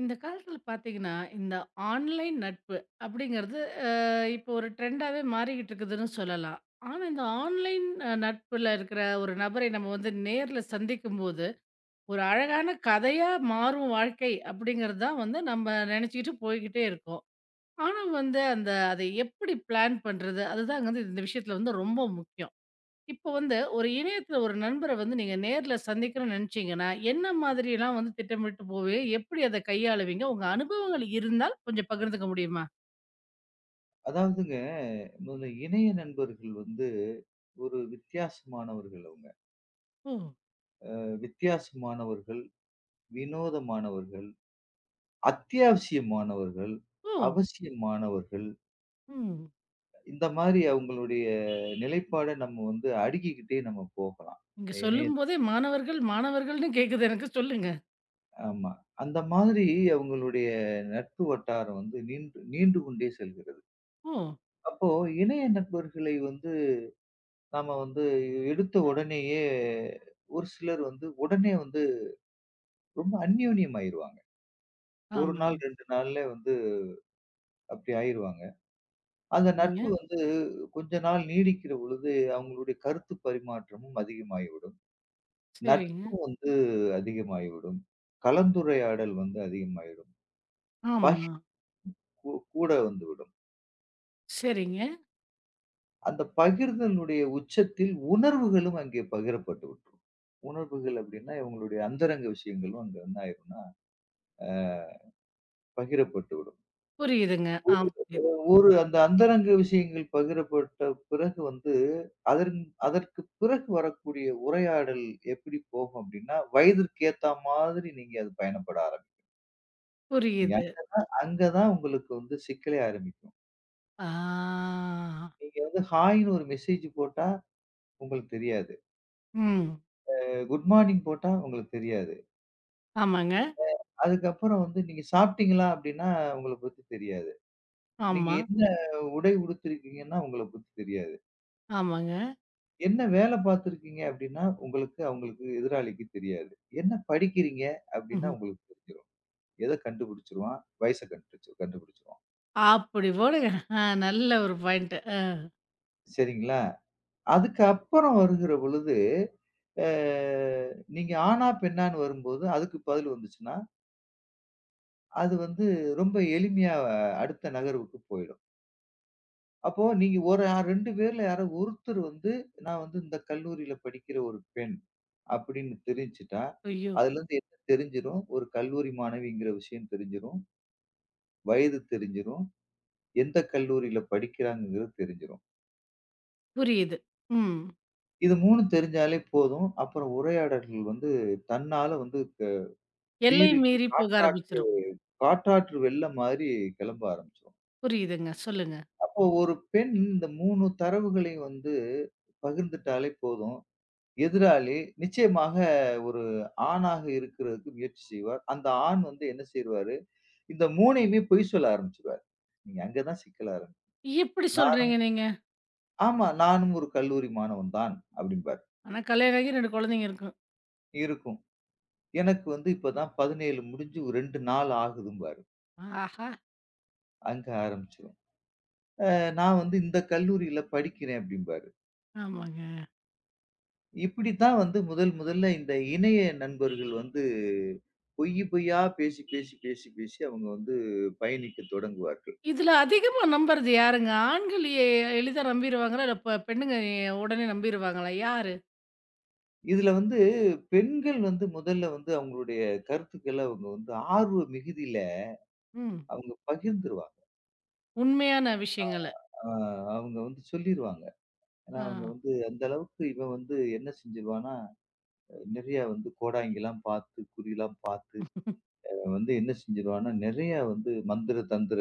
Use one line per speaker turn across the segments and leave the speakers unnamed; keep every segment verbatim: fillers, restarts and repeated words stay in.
இந்த காலத்துல பார்த்தீங்கன்னா, இந்த ஆன்லைன் நட்பு அப்படிங்கிறது அ இப்போ ஒரு ட்ரெண்டாவே மாறிக்கிட்டு இருக்குதுன்னு சொல்லலாம். ஆனா, இந்த ஆன்லைன் அ நட்புல இருக்கிற ஒரு நபரை நம்ம வந்து நேர்ல சந்திக்கும்போது, ஒரு அழகான கதையா மாறும் வாழ்க்கை அப்படிங்கிறது தான் வந்து நம்ம நெனச்சுக்கிட்டு போய்க்கிட்டே இருக்கோம். ஆனா வந்து அந்த அதை எப்படி பிளான் பண்றது? அதுதாங்க வந்து இந்த விஷயத்துல வந்து ரொம்ப முக்கியம். இப்போ வந்து ஒரு இணையத்துல ஒரு நண்பர வந்து நீங்க நேர்ல சந்திக்கணும்னு நினைச்சீங்கன்னா, என்ன மாதிரியெல்லாம் வந்து திட்டமிட்டு போவீங்க? எப்படி அத கையாளுவீங்க? உங்க அனுபவங்கள் இருந்தால் கொஞ்சம் பகிர்ந்துக்க முடியுமா?
அதாவதுங்க, முதல்ல இணைய நண்பர்கள் வந்து ஒரு வித்தியாசமானவர்கள் அவங்க.
ஓ!
அ வித்தியாசமானவர்கள், வினோதமானவர்கள், அத்தியாவசியமானவர்கள்,
ஓ!
அவசியமானவர்கள்.
ம்.
இந்த மாரி அவங்களுடைய நிலைப்பாட நம்ம வந்து அடுக்கிக்கிட்டே நம்ம போகலாம்.
நீங்க
இணைய
சொல்லும்போதே மாணவர்கள், மாணவர்கள்ன்னு கேட்குது எனக்கு. சொல்லுங்க.
ஆமா. அந்த மாதிரி அவங்களுடைய நட்பு வட்டாரம் வந்து நீண்டு நீண்டு கொண்டே செல்கிறது.
ஓ!
அப்போ இணைய நண்பர்களை வந்து நாம வந்து எடுத்த உடனேயே ஒரு சிலர் வந்து உடனே வந்து ரொம்ப அந்யோன்யம் ஆயிருவாங்க. ஒரு
ஆமாங்க.
நாள் ரெண்டு நாள்ல வந்து அப்படி ஆயிருவாங்க. அந்த
சரிங்க,
நட்பு வந்து கொஞ்ச நாள் நீடிக்கிற பொழுது அவங்களுடைய கருத்து பரிமாற்றமும் அதிகமாகிவிடும்.
சரிங்க.
நட்பு வந்து அதிகமாகிவிடும். கலந்துரையாடல் வந்து அதிகமாயிடும். பகி
ஆமா.
கூ கூட வந்துவிடும்.
சரிங்க.
அந்த பகிர்தலுடைய உச்சத்தில் உணர்வுகளும் அங்கே பகிரப்பட்டு விட்டுரும். உணர்வுகள் அப்படின்னா, இவங்களுடைய அந்தரங்க விஷயங்களும் அங்க என்ன ஆயிரும்னா பகிரப்பட்டுவிடும்.
புரியுதுங்க. ஆ புரியுது.
ஒரு அந்த அந்தரங்க விஷயங்கள் பகிரப்பட்ட பிறகு வந்து, அதன் அதற்கு பிறகு வரக்கூடிய உரையாடல் எப்படி போகும் அப்படின்னா, வயதிற்கு ஏத்தா மாதிரி நீங்க அது பயணப்பட ஆரம்பிப்பீங்க.
புரியுது.
அங்க தான் உங்களுக்கு வந்து சிக்கலே ஆரம்பிக்கும்.
ஆ.
நீங்க வந்து ஹாய்ன்னு ஒரு மெசேஜ் போட்டா உங்களுக்கு தெரியாது.
ம்.
குட் மார்னிங் போட்டா உங்களுக்கு தெரியாது.
ஆமாங்க.
அதுக்கப்புறம் வந்து நீங்க சாப்பிட்டீங்களா அப்படின்னா, உங்கள பத்தி தெரியாது. நீங்க
ஆமா.
என்ன உடை உடுத்திருக்கீங்கன்னா, உங்கள பத்தி தெரியாது.
ஆமாங்க.
என்ன வேல பார்த்துருக்கீங்க அப்டின்னா, உங்களுக்கு அவங்களுக்கு எதிராளிக்கு தெரியாது. என்ன படிக்கிறீங்க அப்டின்னா
ம்.
உங்களுக்கு தெரிஞ்சிரும். எத கண்டுபிடிச்சுருவான்? வயச கண்டுபிடிச்சு கண்டுபிடிச்சுருவான்.
அப்படி போடுங்க. ஆ நல்ல ஒரு பாயிண்ட். அ
சரிங்களா? அதுக்கு அப்புறம் வருகிற பொழுது, அ நீங்க ஆணா? பெண்ணான்னு வரும்போது, அதுக்கு பதில் வந்துச்சுன்னா, அது வந்து ரொம்ப எளிமையா அடுத்த நகர்வுக்கு போயிடும். அப்போ நீங்க ஒரு ஆ ரெண்டு பேர்ல யாரோ ஒருத்தர் வந்து, நான் வந்து இந்த கல்லூரியில படிக்கிற ஒரு பெண் அப்படின்னு தெரிஞ்சுட்டா,
ஐயோ!
அதுலருந்து என்ன தெரிஞ்சிரும்? ஒரு கல்லூரி மாணவிங்கிற விஷயம் தெரிஞ்சிரும். வயது தெரிஞ்சிரும். எந்த கல்லூரியில படிக்கிறாங்கங்கிறது தெரிஞ்சிரும்.
புரியுது. ம்.
இது மூணும் தெரிஞ்சாலே போதும். அப்புறம் உரையாடல்கள் வந்து தன்னால வந்து க
எல்லை
பீரிட்டு
மீறி போக
காற்றாற்று
ஆரம்பிச்சுரும்.
காற்றாற்று வெள்ளம் மாதிரி கிளம்ப ஆரம்பிச்சுரும்.
புரியுதுங்க. சொல்லுங்க.
அப்போ ஒரு பெண் இந்த மூணு தரவுகளையும் வந்து பகிர்ந்துட்டாலே போதும். எதிராளி நிச்சயமாக ஒரு ஆணாக இருக்கிறதுக்கு முயற்சி செய்வார். அந்த ஆண் வந்து என்ன செய்வாரு, இந்த மூன்றுமே பொய் சொல்ல ஆரம்பிச்சுருவாரு. நீங்க அங்க தான் சிக்கல் ஆரம்பிக்கும்.
எப்படி
நானும்
சொல்றீங்க நீங்க?
ஆமா, நானும் ஒரு கல்லூரி மாணவன் தான் அப்படிம்பாரு.
ஆனா கல்யாணம் ஆகி ரெண்டு குழந்தைங்க இருக்கும்.
இருக்கும். எனக்கு வந்து இப்ப தான் பதினேழு முடிஞ்சு ஒரு ரெண்டு நாள் ஆகுதும்பாரு.
ஆஹா!
அங்க ஆரம்பிச்சுரும். அ நான் வந்து இந்த கல்லூரியில படிக்கிறேன் அப்படிம்பாரு.
ஆமாங்க.
இப்படித்தான் வந்து முதல் முதல்ல இந்த இணைய நண்பர்கள் வந்து பொய் பொய்யா பேசி, பேசி, பேசி, பேசி அவங்க வந்து பயணிக்கத் தொடங்குவார்கள்.
இதுல அதிகமா நம்புறது யாருங்க? ஆண்கள் எ எளிதா நம்பிருவாங்களா? இல்ல பெ பெண்ணுங்க எ உடனே நம்பிருவாங்களா? யாரு?
இதுல வந்து பெண்கள் வந்து முதல்ல வந்து அவங்களுடைய கருத்துக்கள அவங்க வந்து ஆர்வ மிகுதியில
ம்.
அவங்க பகிர்ந்துருவாங்க.
உண்மையான விஷயங்கள.
அ அவங்க வந்து சொல்லிருவாங்க. ஏன்னா
ஆ.
அவங்க வந்து அந்த அளவுக்கு இவன் வந்து என்ன செஞ்சிருவான்னா, நெறையா வந்து கோடாங்கிலாம் பார்த்து, குறிலாம் பார்த்து வந்து என்ன செஞ்சிருவான்னா, நெறையா வந்து மந்திர, தந்திர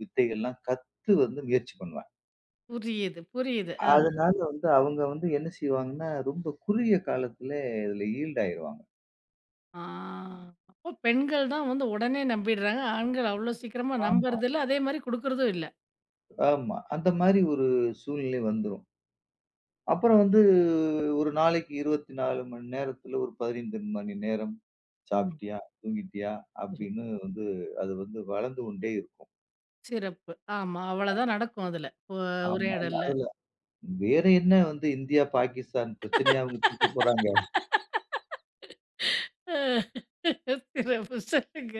வித்தைகள்லாம் கத்து வந்து முயற்சி பண்ணுவான்.
புரியுது, புரியுது. ஆ.
அதனால வந்து அவங்க வந்து என்ன செய்வாங்கன்னா, ரொம்ப குறுகிய காலத்திலே இதுல ஈல்ட் ஆயிருவாங்க.
ஆ. அப்போ பெண்கள் தான் வந்து உடனே நம்பிடுறாங்க. ஆண்கள் அவ்ளோ சீக்கிரமா
ஆமா,
நம்புறதில்ல. அதே மாரி குடுக்குறதும் இல்ல.
ஆமா. அந்த மாரி ஒரு சூழ்நிலை வந்துரும். அப்புறம் வந்து ஒரு நாளைக்கு இருபத்தி நான்கு மணி நேரத்துல ஒரு பதினைந்து மணி நேரம்
ம்.
சாப்பிட்டியா? தூங்கிட்டியா? அப்படின்னு வந்து அது வந்து வளர்ந்து கொண்டே இருக்கும்.
சிறப்பு. ஆமா. அவ்வளதான் நடக்கும் அதுல. உ
ஆமா. அந்த-
உரையாடல்ல.
அதுல வேற என்ன வந்து இந்தியா, பாகிஸ்தான் பிரச்சனைய அவங்க தீர்க்க போறாங்க?
சிறப்பு. சொல்லுங்க.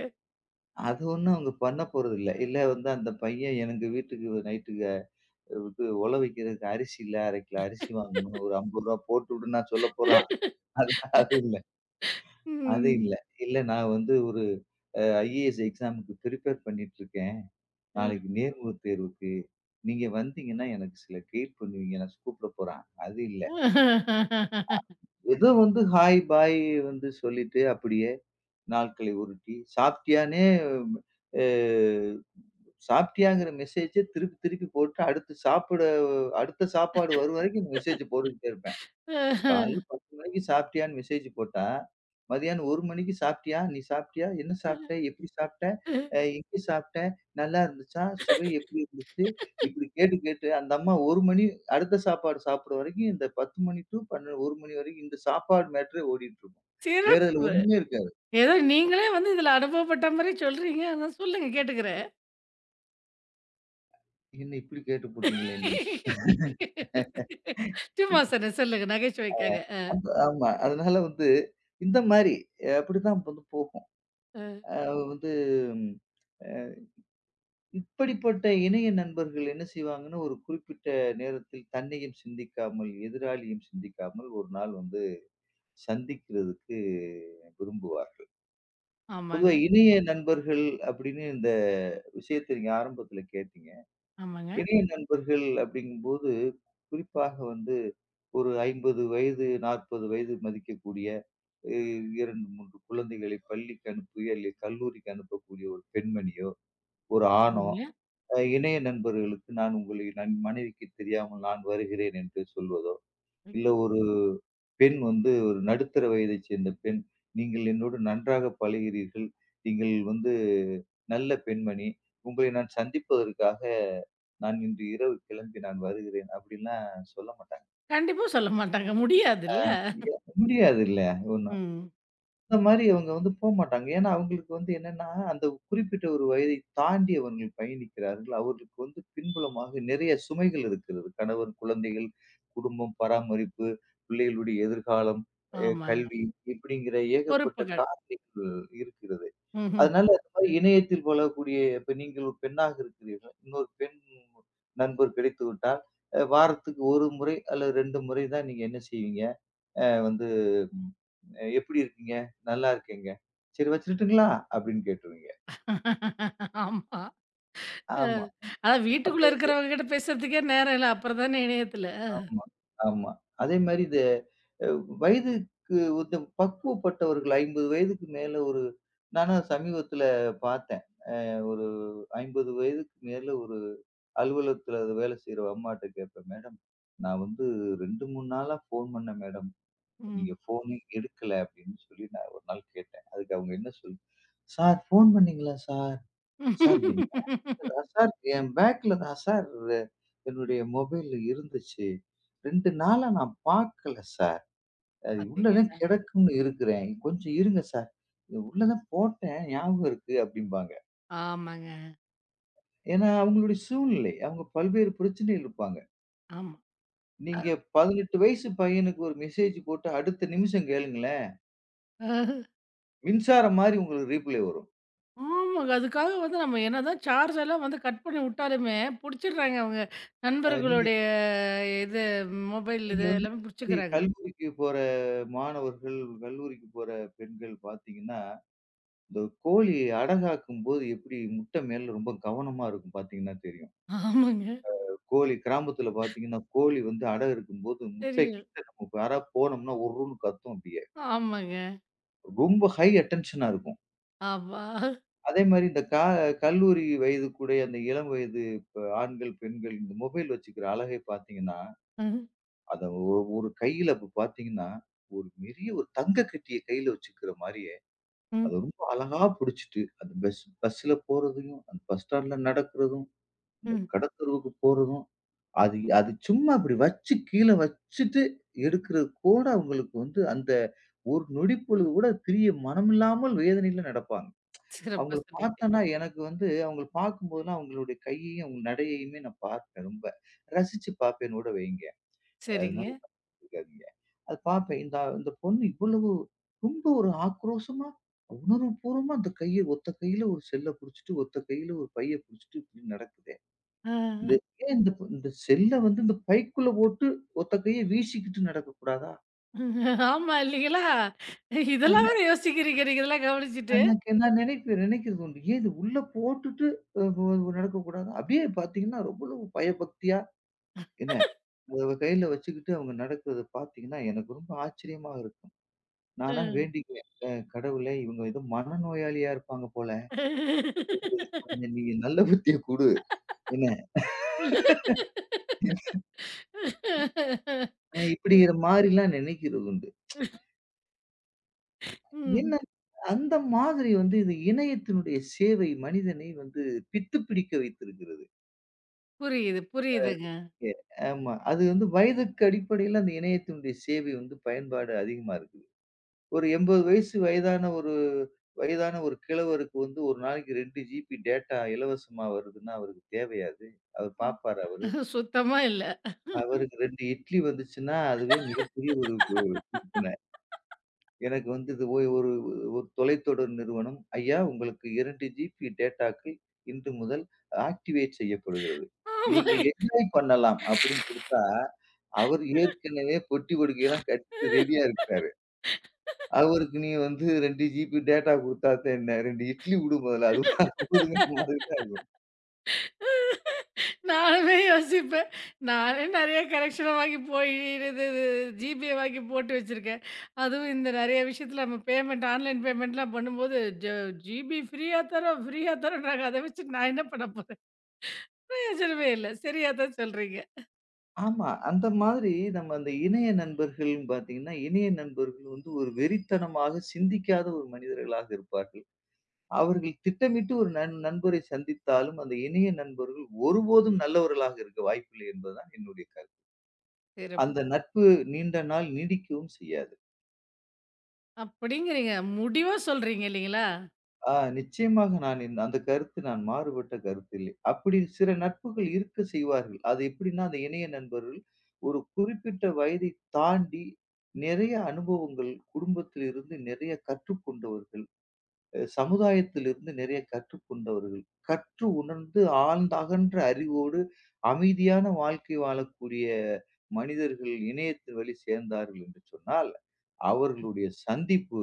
அது ஒண்ணும் அவங்க பண்ண போறதில்ல. இல்ல இல்ல வந்து அந்த பையன் எனக்கு வீட்டுக்கு நைட்டுக்கு இது ஒல வைக்கிறதுக்கு அரிசி இல்ல, அரை கிலோ அரிசி வாங்கணும். ஒரு ரூ. ஐம்பது போட்டுவிடுன்னா சொல்லப் போறான். அது அது இல்ல. அது
ம்.
இல்ல. இல்ல நான் வந்து ஒரு ஐ ஏ எஸ் எக்ஸாம்க்கு பிரிப்பேர் பண்ணிட்டு இருக்கேன். நாளைக்கு நேர்முக தேர்வுக்கு நீங்க வந்தீங்கன்னா எனக்கு சில கைட் பண்ணுவீங்க. நான் கூப்பிட போறேன். அது இல்ல. ஏதோ வந்து ஹாய், பாய் வந்து சொல்லிட்டு அப்படியே நாட்களை உருட்டி, சாப்பிட்டியான்னே அ சாப்பிட்டியாங்கிற மெசேஜ திருப்பி திருப்பி போட்டு அடுத்து சாப்பிட அடுத்த சாப்பாடு வரும் வரைக்கும் மெசேஜ் போட்டுக்கிட்டே இருப்பேன். காலையில பத்து மணிக்கு சாப்பிட்டியான்னு மெசேஜ் போட்டா, மதியானம் ஒரு மணிக்கு சாப்பிட்டியா? நீ சாப்பிட்டியா? என்ன சாப்பிட்ட? எப்படி சாப்பிட்ட? அ எங்கே சாப்பிட்ட? நல்லா இருந்துச்சா? சுவை எப்படி இருந்துச்சு? இப்படி கேட்டு, கேட்டு அந்த அம்மா ஒரு மணி அடுத்த சாப்பாடு சாப்பிடுற வரைக்கும் இந்த பத்து மணி டூ பன்னிரண்டு ஒரு மணி வரைக்கும் இந்த சாப்பாடு மேட்டரே ஓடிட்டுருக்கும். வேற இதுல
சிறப்பு.
ஒண்ணுமே இருக்காது.
ஏதோ நீங்களே வந்து இதுல அனுபவப்பட்ட மாரி சொல்றீங்க. ஆனா சொல்லுங்க கேட்டுக்கிறேன்.
என்ன இப்படி கேட்டு புட்டீங்களே என்னைய?
சும்மா சொன்னேன். சொல்லுங்க நகைச்சுவைக்காக.
அந்த ஆமா. அதனால வந்து இந்த மாரி அப்படிதான் வந்து போகும்.
அ.
அ வந்து ம் அ இப்படிப்பட்ட இணைய நண்பர்கள் என்ன செய்வாங்கன்னா, ஒரு குறிப்பிட்ட நேரத்தில் தன்னையும் சிந்திக்காமல், எதிராளியும் சிந்திக்காமல் ஒரு நாள் வந்து சந்திக்கிறதுக்கு விரும்புவார்கள். பொதுவா
ஆமாங்க,
இணைய நண்பர்கள் அப்படின்னு இந்த விஷயத்த நீங்க ஆரம்பத்துல கேட்டீங்க.
ஆமாங்க.
இணைய நண்பர்கள் அப்படிங்கும்போது, குறிப்பாக வந்து ஒரு ஐம்பது வயது, நாற்பது வயது மதிக்கக்கூடிய, அ இரண்டு, மூன்று குழந்தைகளை பள்ளிக்கு அனுப்பி அல்லது கல்லூரிக்கு அனுப்பக்கூடிய ஒரு பெண்மணியோ, ஒரு ஆணோ
சரிங்க.
அ இணைய நண்பர்களுக்கு நான் உங்களை நன் மனைவிக்கு தெரியாமல் நான் வருகிறேன் என்று சொல்வதோ, இல்ல
ம்ஹ்ம்.
ஒரு பெண் வந்து ஒரு நடுத்தர வயதைச் சேர்ந்த பெண், நீங்கள் என்னோடு நன்றாக பழகிறீர்கள். நீங்கள் வந்து நல்ல பெண்மணி. உங்களை நான் சந்திப்பதற்காக நான் இன்று இரவு கிளம்பி நான் வருகிறேன். அப்படிலாம் சொல்ல மாட்டாங்க.
கண்டிப்பா சொல்ல மாட்டாங்க. முடியாதுல்ல.
முடியாது இல்ல.
ம்.
அந்த மாரி அவங்க வந்து போமாட்டாங்க. ஏன்னா, அவங்களுக்கு வந்து என்னன்னா, அந்த குறிப்பிட்ட ஒரு வயதை தாண்டி அவர்கள் பயணிக்கிறார்கள். அவர்களுக்கு வந்து பின்புலமாக நிறைய சுமைகள் இருக்கிறது. கணவன், குழந்தைகள், குடும்பம், பராமரிப்பு, பிள்ளைகளுடைய எதிர்காலம், அ
ஆமாங்க.
கல்வி இப்படிங்கிற ஏகப்பட்ட
பொறுப்புகள்.
காரணிகள் இருக்கிறது.
ம்ஹ்ம்.
அதனால அந்த மாரி இணையத்தில் வளரக்கூடிய இப்ப நீங்கள் ஒரு பெண்ணாக இருக்கிறீர்கள். இன்னொரு பெண் நண்பர் கிடைத்து விட்டால், அ வாரத்துக்கு ஒரு முறை அல்லது ரெண்டு முறை தான் நீங்க என்ன செய்வீங்க? அ வந்து அஹ் "எப்படி இருக்கீங்க? நல்லா இருக்கேங்க. சரி வச்சுரட்டுங்களா?" அப்படின்னு கேட்டுருவீங்க.
ஆமா. அ.
ஆமா.
அதான்
அப்ப
வீட்டுக்குள்ள
இது
இருக்கிறவங்க கிட்ட பேசுறதுக்கே நேரம் இல்ல. அப்புறம் தானே இணையத்துல.
ஆமா, ஆமா. அதே மாரி இந்த அ வயதுக்கு வந்து பக்குவப்பட்டவர்கள் ஐம்பது வயதுக்கு மேல ஒரு நானும் சமீபத்தில பார்த்தேன். ஒரு ஐம்பது வயதுக்கு மேல ஒரு அலுவலகத்தில வேலை செய்ற ஒரு அம்மாட்ட கேட்பேன், "மேடம், நான் வந்து ரெண்டு, மூணு நாளா ஃபோன் பண்ணேன் மேடம்.
ம்.
நீங்க ஃபோனே எடுக்கல அப்படின்னு சொல்லி நான் ஒரு நாள் கேட்டேன். அதுக்கு அவங்க என்ன சொல் "சார் ஃபோன் பண்ணீங்களா சார்? சார் என் பேக்ல தான் சார் என் பேக்ல தான் சார் என்னுடைய மொபைல் இருந்துச்சு. ரெண்டு நாளா நான் பார்க்கல சார். அது உள்ள தான்
பாத்தீங்களா?
கிடக்கும்னு இருக்கிறேன். கொஞ்சம் இருங்க சார். உள்ள தான் போட்டேன் ஞாபகம் இருக்கு" அப்படிம்பாங்க.
ஆமாங்க.
ஏன்னா அவங்களுடைய சூழ்நிலை. அவங்க பல்வேறு பிரச்சனையில் இருப்பாங்க.
ஆமா.
நீங்க பதினெட்டு வயசு பையனுக்கு ஒரு மெசேஜ் போட்டு அடுத்த நிமிஷம் கேளுங்களேன்,
அஹ்,
மின்சாரம் மாரி உங்களுக்கு ரீப்ளை வரும்.
ஆமாங்க. அதுக்காக வந்து நம்ம என்னதான் சார்ஜ் எல்லாம் வந்து கட் பண்ணி விட்டாலுமே, புடிச்சிடுறாங்க அவங்க.
அ நீங்க
நண்பர்களுடைய இது மொபைல்
நீங்க
இது
வந்து
எல்லாமே
இந்த மாரி
புடிச்சுக்கிறாங்க.
கல்லூரிக்கு போற மாணவர்கள், கல்லூரிக்கு போற பெண்கள் பார்த்தீங்கன்னா, இந்த கோழி அடகாக்கும்போது எப்படி முட்டை மேல ரொம்ப கவனமா இருக்கும் பார்த்தீங்கன்னா தெரியும்.
ஆமாங்க.
கோழி கிராமத்துல பார்த்தீங்கன்னா, கோழி வந்து அடை இருக்கும்போது
தெரியும்.
முட்டைக்கிட்ட நம்ம யாராவது போனோம்னா உர்ருன்னு கத்தும் அப்படியே.
ஆமாங்க.
ரொம்ப ஹை அட்டென்ஷனா இருக்கும்.
ஆமா.
அதே மாரி இந்த கா கல்லூரி வயதுக்குடைய அந்த இளம் வயது ப ஆண்கள், பெண்கள் இந்த மொபைல் வச்சுக்கிற அழகை பார்த்தீங்கன்னா,
ம்,
அத ஒரு ஒரு கையில இப்ப பார்த்தீங்கன்னா, ஒரு பெரிய ஒரு தங்க கட்டிய கையில வச்சுக்கிற மாரி அது
ம்,
ரொம்ப அழகா புடிச்சுட்டு, அந்த பஸ் பஸ்ல போறதையும், அந்த பஸ் ஸ்டாண்ட்ல நடக்கிறதும், அந்த
ம்.
கடத்தெருவுக்கு போறதும், அது அது சும்மா அப்படி வச்சு கீழ வச்சுட்டு எடுக்கிறது கூட அவங்களுக்கு வந்து அந்த ஒரு நொடி பொழுது கூட பிரிய மனமில்லாமல் வேதனையில நடப்பாங்க.
சிறப்பா
அவங்கள
சொன்னீங்க.
பார்த்தோன்னா எனக்கு வந்து அவங்கள பார்க்கும்போதெல்லாம் அவங்களுடைய கையையும், அவங்க நடையையுமே நான் பார்ப்பேன் ரொம்ப. ரசிச்சு பார்ப்பேன்னு கூட வைங்க.
சரிங்க.
அதனால இருக்காதீங்க. அது பார்ப்பேன். இந்த இந்த பொண்ணு இவ்வளவு ரொம்ப ஒரு ஆக்ரோஷமா, உணர்வுபூர்வமா அந்த கைய ஒத்த கையில ஒரு செல்ல புடிச்சுட்டு, ஒத்த கையில ஒரு பைய புடிச்சுட்டு இப்படி நடக்குதே.
ஆ.
இந்த ஏன் இந்த பொ இந்த செல்ல வந்து இந்த பைக்குள்ள போட்டு ஒத்த கைய வீசிக்கிட்டு நடக்கக்கூடாதா?
ஆமா இல்லைங்களா? இதெல்லாம்
ஆனா
வேற யோசிக்கிறீங்க நீங்க இதெல்லாம் கவனிச்சுட்டு.
ஆனா கே- நான் நினைப்பேன் நினைக்கிறது உண்டு. ஏன் இது உள்ள போட்டுட்டு அ ஒ நடக்கக்கூடாதா? அப்படியே பார்த்தீங்கன்னா, ரொம்பவும் பயபக்தியா என்ன அத கையில வச்சுக்கிட்டு அவங்க நடக்கிறத பார்த்தீங்கன்னா, எனக்கு ரொம்ப ஆச்சரியமா இருக்கும். நானா
ம்.
வேண்டிக்குவேன். அ கடவுளே! இவங்க ஏதோ மனநோயாளியா இருப்பாங்க போல. கொஞ்சம் நீங்க நல்ல புத்திய குடு. என்ன? அ இப்படிங்கிற மாரிலாம் நினைக்கிறது உண்டு.
ம்.
என்ன அந்த மாதிரி வந்து இது இணையத்தினுடைய சேவை மனிதனை வந்து பித்து பிடிக்க வைத்திருக்கிறது.
புரியுது, புரியுதுங்க.
எ ஆமா. அது வந்து வயதுக்கு அடிப்படையில அந்த இணையத்தினுடைய சேவை வந்து பயன்பாடு அதிகமா இருக்குது. ஒரு எண்பது வயசு வயதான ஒரு வயதான ஒரு கிழவருக்கு வந்து ஒரு நாளைக்கு ரெண்டு ஜிபி டேட்டா இலவசமா வருதுன்னா அவருக்கு தேவையா அது? அவர் பார்ப்பாரா அவரு?
சுத்தமா இல்ல.
அவருக்கு ரெண்டு இட்லி வந்துச்சுன்னா, அதுவே மிகப்பெரிய ஒரு கு குடுப்பினை. எனக்கு வந்து இது ஒ ஒரு ஒரு தொலைத்தொடர் நிறுவனம், "ஐயா உங்களுக்கு இரண்டு ஜிபி டேட்டாக்கள் இன்று முதல் ஆக்டிவேட் செய்யப்படுகிறது.
ஆமாங்க.
நீங்கள் என்ஜாய் பண்ணலாம்." அப்படின்னு குடுத்தா, அவர் ஏற்கனவே பொட்டி படுக்கையெல்லாம் கட்டிட்டு ரெடியா இருக்கிறாரு. அவருக்கு நீ வந்து ரெண்டு ஜிபி டேட்டா குடுத்தாத்த என்ன? ரெண்டு இட்லி குடு முதல்ல. அது போதுங்கிற மாதிரி தான்
நானுமே யோசிப்பேன். நானே நெறைய கரெக்ஷன வாங்கி போய் இது இது ஜிபே வாங்கி போட்டு வச்சிருக்கேன். அதுவும் இந்த நெறைய விஷயத்துல நம்ம பேமெண்ட் ஆன்லைன் பேமெண்ட்லாம் பண்ணும்போது ஜ ஜிபி ஃப்ரீயா தரோம், ஃப்ரீயா தரோன்றாங்க. அத வச்சு நான் என்ன பண்ண போறேன்? பிரயோஜனமே இல்ல. சரியா தான் சொல்றீங்க.
ஆமா. அந்த மாதிரி நம்ம அந்த இணைய நண்பர்கள்ன்னு பார்த்தீங்கன்னா, இணைய நண்பர்கள் வந்து ஒரு வெறித்தனமாக சிந்திக்காத ஒரு மனிதர்களாக இருப்பார்கள். அவர்கள் திட்டமிட்டு ஒரு நண் நண்பரை சந்தித்தாலும், அந்த இணைய நண்பர்கள் ஒருபோதும் நல்லவர்களாக இருக்க வாய்ப்பில்லை என்பதுதான் என்னுடைய கருத்து. அந்த
சிறப்புங்க.
நட்பு நீண்ட நாள் நீடிக்கவும் செய்யாது.
அப்படிங்கிறீங்க. முடிவா சொல்றீங்க இல்லீங்களா?
ஆ நிச்சயமாக நான் இந்த அந்த கருத்து நான் மாறுபட்ட கருத்து இல்லை. அப்படி சில நட்புகள் இருக்க செய்வார்கள். அது எப்படின்னா, அந்த இணைய நண்பர்கள் ஒரு குறிப்பிட்ட வயதை தாண்டி நிறைய அனுபவங்கள் குடும்பத்திலிருந்து நிறைய கற்றுக்கொண்டவர்கள். அஹ் சமுதாயத்திலிருந்து நிறைய கற்றுக்கொண்டவர்கள். கற்று உணர்ந்து ஆழ்ந்த அகன்ற அறிவோடு அமைதியான வாழ்க்கை வாழக்கூடிய மனிதர்கள் இணையத்தின் வழி சேர்ந்தார்கள் என்று சொன்னால், அவர்களுடைய சந்திப்பு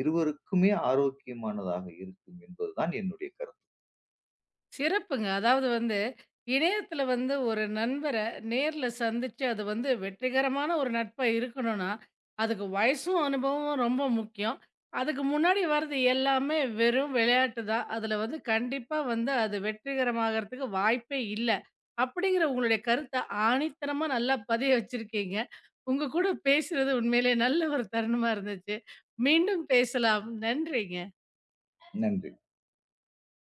இருவருக்குமே ஆரோக்கியமானதாக இருக்கும் என்பதுதான் என்னுடைய கருத்து.
சிறப்புங்க. அதாவது வந்து, இணையத்துல வந்து ஒரு நண்பர நேர்ல சந்திச்சு, அது வந்து வெற்றிகரமான ஒரு நட்பா இருக்கணும்னா, அதுக்கு வயசும், அனுபவமும் ரொம்ப முக்கியம். அதுக்கு முன்னாடி வர்றது எல்லாமே வெறும் விளையாட்டு தான். அதுல வந்து கண்டிப்பா வந்து அது வெற்றிகரமாகறதுக்கு வாய்ப்பே இல்ல. அப்படிங்கிற உங்களுடைய கருத்த ஆணித்தனமா நல்லா பதிய வச்சிருக்கீங்க. உங்க கூட பேசுனது உண்மையிலே நல்ல ஒரு தருணமா இருந்துச்சு. மீண்டும் பேசலாம். நன்றிங்க.
நன்றி.